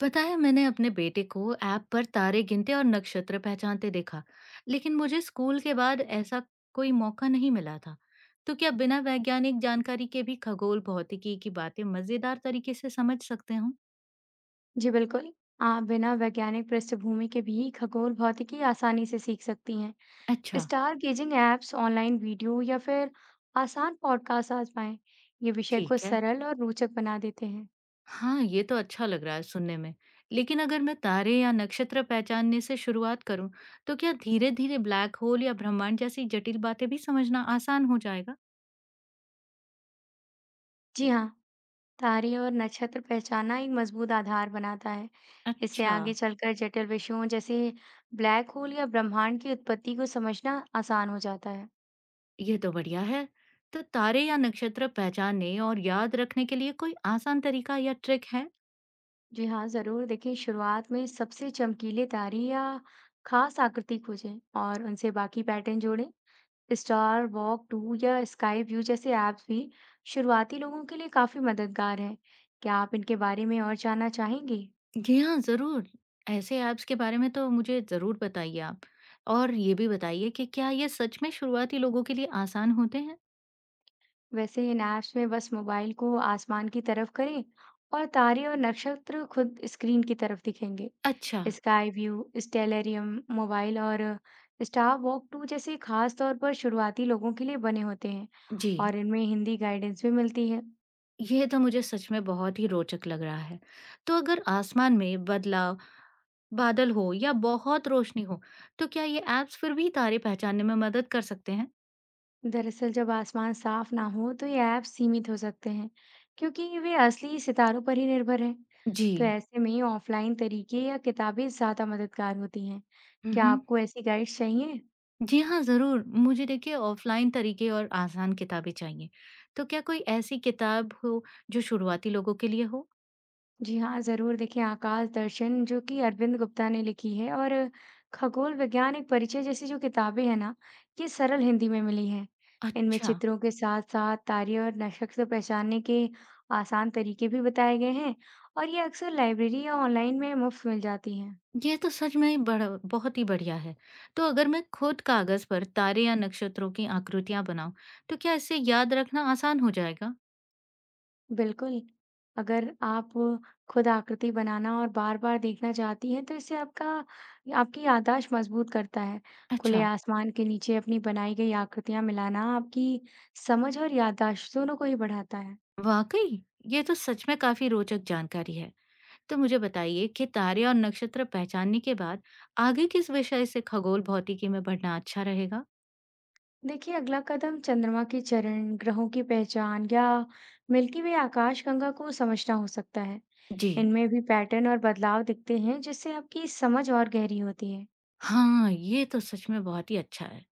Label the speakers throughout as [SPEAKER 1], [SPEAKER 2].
[SPEAKER 1] पता है मैंने अपने बेटे को ऐप पर तारे गिनते और नक्षत्र पहचानते देखा, लेकिन मुझे स्कूल के बाद ऐसा कोई मौका नहीं मिला था। तो क्या बिना वैज्ञानिक जानकारी के भी खगोल भौतिकी की बातें मजेदार तरीके से समझ सकते हूँ?
[SPEAKER 2] जी बिल्कुल। आप बिना वैज्ञानिक पृष्ठभूमि के भी खगोल भौतिकी आसानी से सीख सकती हैं।
[SPEAKER 1] अच्छा,
[SPEAKER 2] stargazing apps, online video या फिर आसान पॉडकास्ट आजमाएं। ये विषय को
[SPEAKER 1] ठीक है।
[SPEAKER 2] सरल और रोचक बना देते हैं।
[SPEAKER 1] हाँ, ये तो अच्छा लग रहा है सुनने में। लेकिन अगर मैं तारे या नक्षत्र पहचानने से शुरुआत करूँ, तो क्या धीरे-धीरे ब्लैक होल या ब्रह्मांड जैसी जटिल बातें भी समझना आसान हो जाएगा?
[SPEAKER 2] जी हाँ, तारे और नक्षत्र पहचानना एक मजबूत आधार बनाता है। इससे
[SPEAKER 1] अच्छा,
[SPEAKER 2] आगे चलकर जटिल विषयों जैसे ब्लैक होल या ब्रह्मांड की उत्पत्ति को समझना आसान हो जाता है।
[SPEAKER 1] ये तो बढ़िया है। तो तारे या नक्षत्र पहचानने और याद रखने के लिए कोई आसान तरीका या ट्रिक है?
[SPEAKER 2] जी हाँ, ज़रूर। देखिए, शुरुआत में सबसे चमकीले तारे या खास आकृति खोजें और उनसे बाकी पैटर्न जोड़ें। स्टार वॉक टू या स्काई व्यू जैसे ऐप्स भी शुरुआती लोगों के लिए काफ़ी मददगार हैं। क्या आप इनके बारे में और जानना चाहेंगे?
[SPEAKER 1] जी हाँ, ज़रूर। ऐसे ऐप्स के बारे में तो मुझे ज़रूर बताइए आप। और ये भी बताइए कि क्या ये सच में शुरुआती लोगों के लिए आसान होते हैं?
[SPEAKER 2] वैसे इन ऐप्स में बस मोबाइल को आसमान की तरफ करें और तारे और नक्षत्र खुद स्क्रीन की तरफ दिखेंगे।
[SPEAKER 1] अच्छा,
[SPEAKER 2] स्काई व्यू, स्टेलेरियम मोबाइल और स्टार वॉक टू जैसे खास तौर पर शुरुआती लोगों के लिए बने होते हैं।
[SPEAKER 1] जी।
[SPEAKER 2] और इनमें हिंदी गाइडेंस भी मिलती है।
[SPEAKER 1] ये तो मुझे सच में बहुत ही रोचक लग रहा है। तो अगर आसमान में बदलाव, बादल हो या बहुत रोशनी हो, तो क्या ये ऐप्स फिर भी तारे पहचानने में मदद कर सकते हैं?
[SPEAKER 2] दरअसल जब आसमान साफ ना हो तो ये ऐप सीमित हो सकते हैं, क्योंकि वे असली सितारों पर ही निर्भर हैं।
[SPEAKER 1] जी।
[SPEAKER 2] तो ऐसे में ऑफलाइन तरीके या किताबें ज़्यादा मददगार होती हैं।
[SPEAKER 1] हुँ,
[SPEAKER 2] क्या
[SPEAKER 1] हुँ।
[SPEAKER 2] आपको ऐसी गाइड्स चाहिए?
[SPEAKER 1] जी हाँ, ज़रूर। मुझे देखिए ऑफ़लाइन तरीके और आसान किताबें चाहिए। तो क्या कोई ऐसी किताब हो जो शुरुआती लोगों के लिए हो?
[SPEAKER 2] जी हाँ, ज़रूर। देखिए, आकाश दर्शन जो कि अरविंद गुप्ता ने लिखी है और खगोल विज्ञान एक परिचय जैसी जो किताबें हैं ना, ये सरल हिंदी में मिली हैं। इनमें
[SPEAKER 1] अच्छा,
[SPEAKER 2] चित्रों के साथ-साथ तारे और नक्षत्र पहचानने के आसान तरीके भी बताए गए हैं और ये अक्सर लाइब्रेरी या ऑनलाइन में मुफ्त मिल जाती हैं।
[SPEAKER 1] ये तो सच में बड़ा बहुत ही बढ़िया है। तो अगर मैं खुद कागज़ पर तारे या नक्षत्रों की आकृतियाँ बनाऊँ, तो क्या इससे याद रखना आसान हो जाएगा?
[SPEAKER 2] बिल्कुल, अगर आप खुद आकृति बनाना और बार-बार देखना चाहती हैं, तो इससे आपका आपकी याददाश्त मजबूत करता है। खुले
[SPEAKER 1] अच्छा,
[SPEAKER 2] आसमान के नीचे अपनी बनाई गई आकृतियाँ मिलाना आपकी समझ और याददाश्त दोनों को ही बढ़ाता है।
[SPEAKER 1] वाक़ई! ये तो सच में काफ़ी रोचक जानकारी है। तो मुझे बताइए कि तारे और नक्षत्र पहचानने के बाद आगे किस विषय से खगोल भौतिकी में पढ़ना अच्छा रहेगा?
[SPEAKER 2] देखिए, अगला कदम चंद्रमा के चरण, ग्रहों की पहचान या मिल्की वे आकाशगंगा को समझना हो सकता है।
[SPEAKER 1] जी।
[SPEAKER 2] इनमें भी पैटर्न और बदलाव दिखते हैं, जिससे आपकी समझ और गहरी होती है।
[SPEAKER 1] हाँ, ये तो सच में बहुत ही अच्छा है।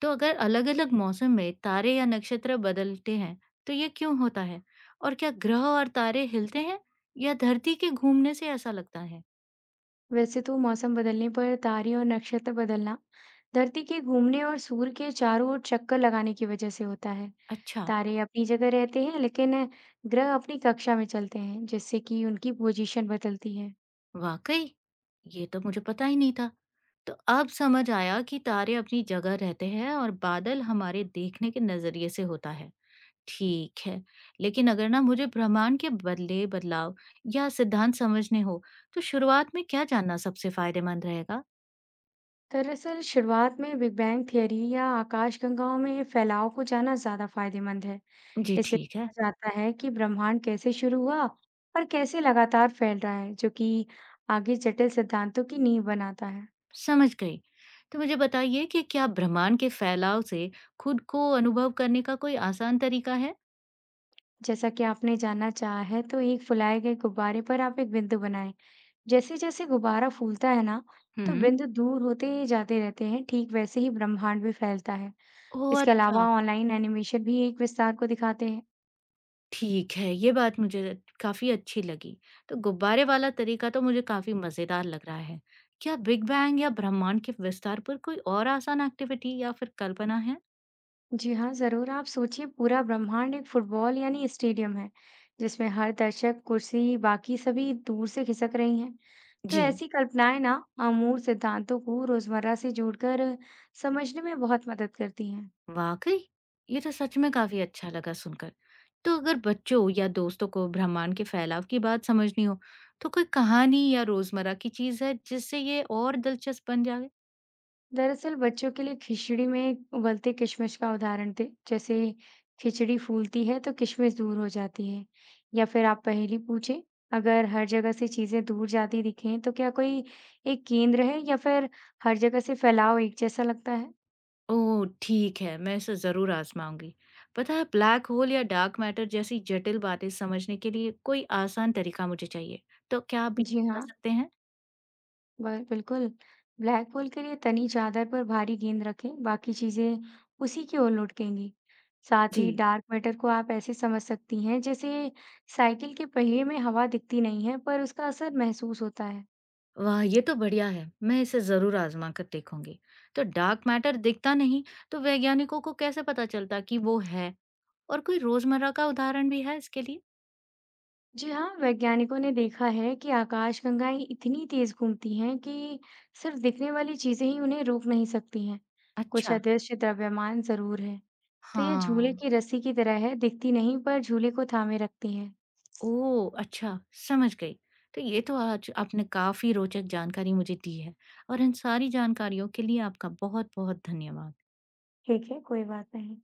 [SPEAKER 1] तो अगर अलग-अलग मौसम में तारे या नक्षत्र बदलते हैं, तो ये क्यों होता है? और क्या ग्रह और तारे हिलते हैं या धरती के घूमने से ऐसा लगता है?
[SPEAKER 2] वैसे तो मौसम बदलने पर तारे और नक्षत्र बदलना धरती के घूमने और सूर्य के चारों ओर चक्कर लगाने की वजह से होता है।
[SPEAKER 1] अच्छा,
[SPEAKER 2] तारे अपनी जगह रहते हैं, लेकिन ग्रह अपनी कक्षा में चलते हैं, जिससे कि उनकी पोजीशन बदलती है।
[SPEAKER 1] वाकई! ये तो मुझे पता ही नहीं था। तो अब समझ आया कि तारे अपनी जगह रहते हैं और बादल हमारे देखने के नजरिए से होता है। ठीक है, लेकिन अगर ना मुझे ब्रह्मांड के बदले बदलाव या सिद्धांत समझने हो, तो शुरुआत में क्या जानना सबसे फायदेमंद रहेगा?
[SPEAKER 2] दरअसल शुरुआत में बिग बैंग थियरी या आकाशगंगाओं में फैलाव को जाना ज्यादा फायदेमंद है।
[SPEAKER 1] जी,
[SPEAKER 2] इससे
[SPEAKER 1] ठीक है।
[SPEAKER 2] समझ आता है कि ब्रह्मांड कैसे शुरू हुआ और कैसे लगातार फैल रहा है, जो कि आगे जटिल सिद्धांतों की नींव बनाता है।
[SPEAKER 1] समझ गई। तो मुझे बताइए कि क्या ब्रह्मांड के फैलाव से खुद को अनुभव करने का कोई आसान तरीका है?
[SPEAKER 2] जैसा कि आपने जानना चाहा है, तो एक फुलाए गए गुब्बारे पर आप एक बिंदु बनाएं। जैसे-जैसे गुब्बारा फूलता है ना, तो
[SPEAKER 1] हुँ।
[SPEAKER 2] बिंदु दूर होते ही जाते रहते हैं। ठीक वैसे ही ब्रह्मांड भी फैलता है।
[SPEAKER 1] ओह,
[SPEAKER 2] इसके अलावा
[SPEAKER 1] अच्छा।
[SPEAKER 2] ऑनलाइन एनिमेशन भी एक विस्तार को दिखाते हैं।
[SPEAKER 1] ठीक है, ये बात मुझे काफ़ी अच्छी लगी। तो गुब्बारे वाला तरीका तो मुझे काफ़ी मज़ेदार लग रहा है। क्या बिग बैंग या ब्रह्मांड के विस्तार पर कोई और आसान एक्टिविटी या फिर कल्पना है?
[SPEAKER 2] जी हाँ, जरूर। आप सोचिए पूरा ब्रह्मांड एक फुटबॉल यानी स्टेडियम है, जिसमें हर दर्शक, कुर्सी, बाकी सभी दूर से खिसक रही हैं। तो
[SPEAKER 1] जी।
[SPEAKER 2] ऐसी कल्पनाएं ना अमूल सिद्धांतों को रोजमर्रा से जोड़कर समझने में बहुत मदद करती हैं।
[SPEAKER 1] वाकई, ये तो सच में काफी अच्छा लगा सुनकर। तो अगर बच्चों या दोस्तों को ब्रह्मांड के फैलाव की बात समझनी हो, तो कोई कहानी या रोजमर्रा की चीज है जिससे ये और दिलचस्प बन जाए?
[SPEAKER 2] दरअसल बच्चों के लिए खिचड़ी में उबलते किशमिश का उदाहरण थे जैसे खिचड़ी फूलती है तो किशमिश दूर हो जाती है, या फिर आप पहेली पूछें, अगर हर जगह से चीजें दूर जाती दिखें तो क्या कोई एक केंद्र है या फिर हर जगह से फैलाव एक जैसा लगता है।
[SPEAKER 1] ओह, ठीक है, मैं इसे जरूर आजमाऊंगी। पता है, ब्लैक होल या डार्क मैटर जैसी जटिल बातें समझने के लिए कोई आसान तरीका मुझे चाहिए। तो क्या आप भी
[SPEAKER 2] जी
[SPEAKER 1] बता
[SPEAKER 2] हाँ,
[SPEAKER 1] सकते हैं?
[SPEAKER 2] बिल्कुल। ब्लैक होल के लिए तनी चादर पर भारी गेंद रखें, बाकी चीजें उसी की ओर लुढ़केंगी। साथ
[SPEAKER 1] जी।
[SPEAKER 2] ही डार्क मैटर को आप ऐसे समझ सकती हैं जैसे साइकिल के पहिए में हवा दिखती नहीं है, पर उसका असर महसूस होता है।
[SPEAKER 1] वाह! ये तो बढ़िया है। मैं इसे ज़रूर आज़मा कर देखूँगी। तो डार्क मैटर दिखता नहीं, तो वैज्ञानिकों को कैसे पता चलता कि वो है? और कोई रोज़मर्रा का उदाहरण भी है इसके लिए?
[SPEAKER 2] जी हाँ, वैज्ञानिकों ने देखा है कि आकाशगंगाएं इतनी तेज घूमती हैं कि सिर्फ दिखने वाली चीजें ही उन्हें रोक नहीं सकती हैं। कुछ
[SPEAKER 1] अच्छा।
[SPEAKER 2] अदृश्य द्रव्यमान जरूर है। तो ये झूले
[SPEAKER 1] हाँ।
[SPEAKER 2] की रस्सी की तरह है, दिखती नहीं पर झूले को थामे रखती हैं।
[SPEAKER 1] ओह! अच्छा, समझ गई। तो ये तो आज आपने काफ़ी रोचक जानकारी मुझे दी है और इन सारी जानकारियों के लिए आपका बहुत-बहुत धन्यवाद।
[SPEAKER 2] ठीक है, कोई बात नहीं।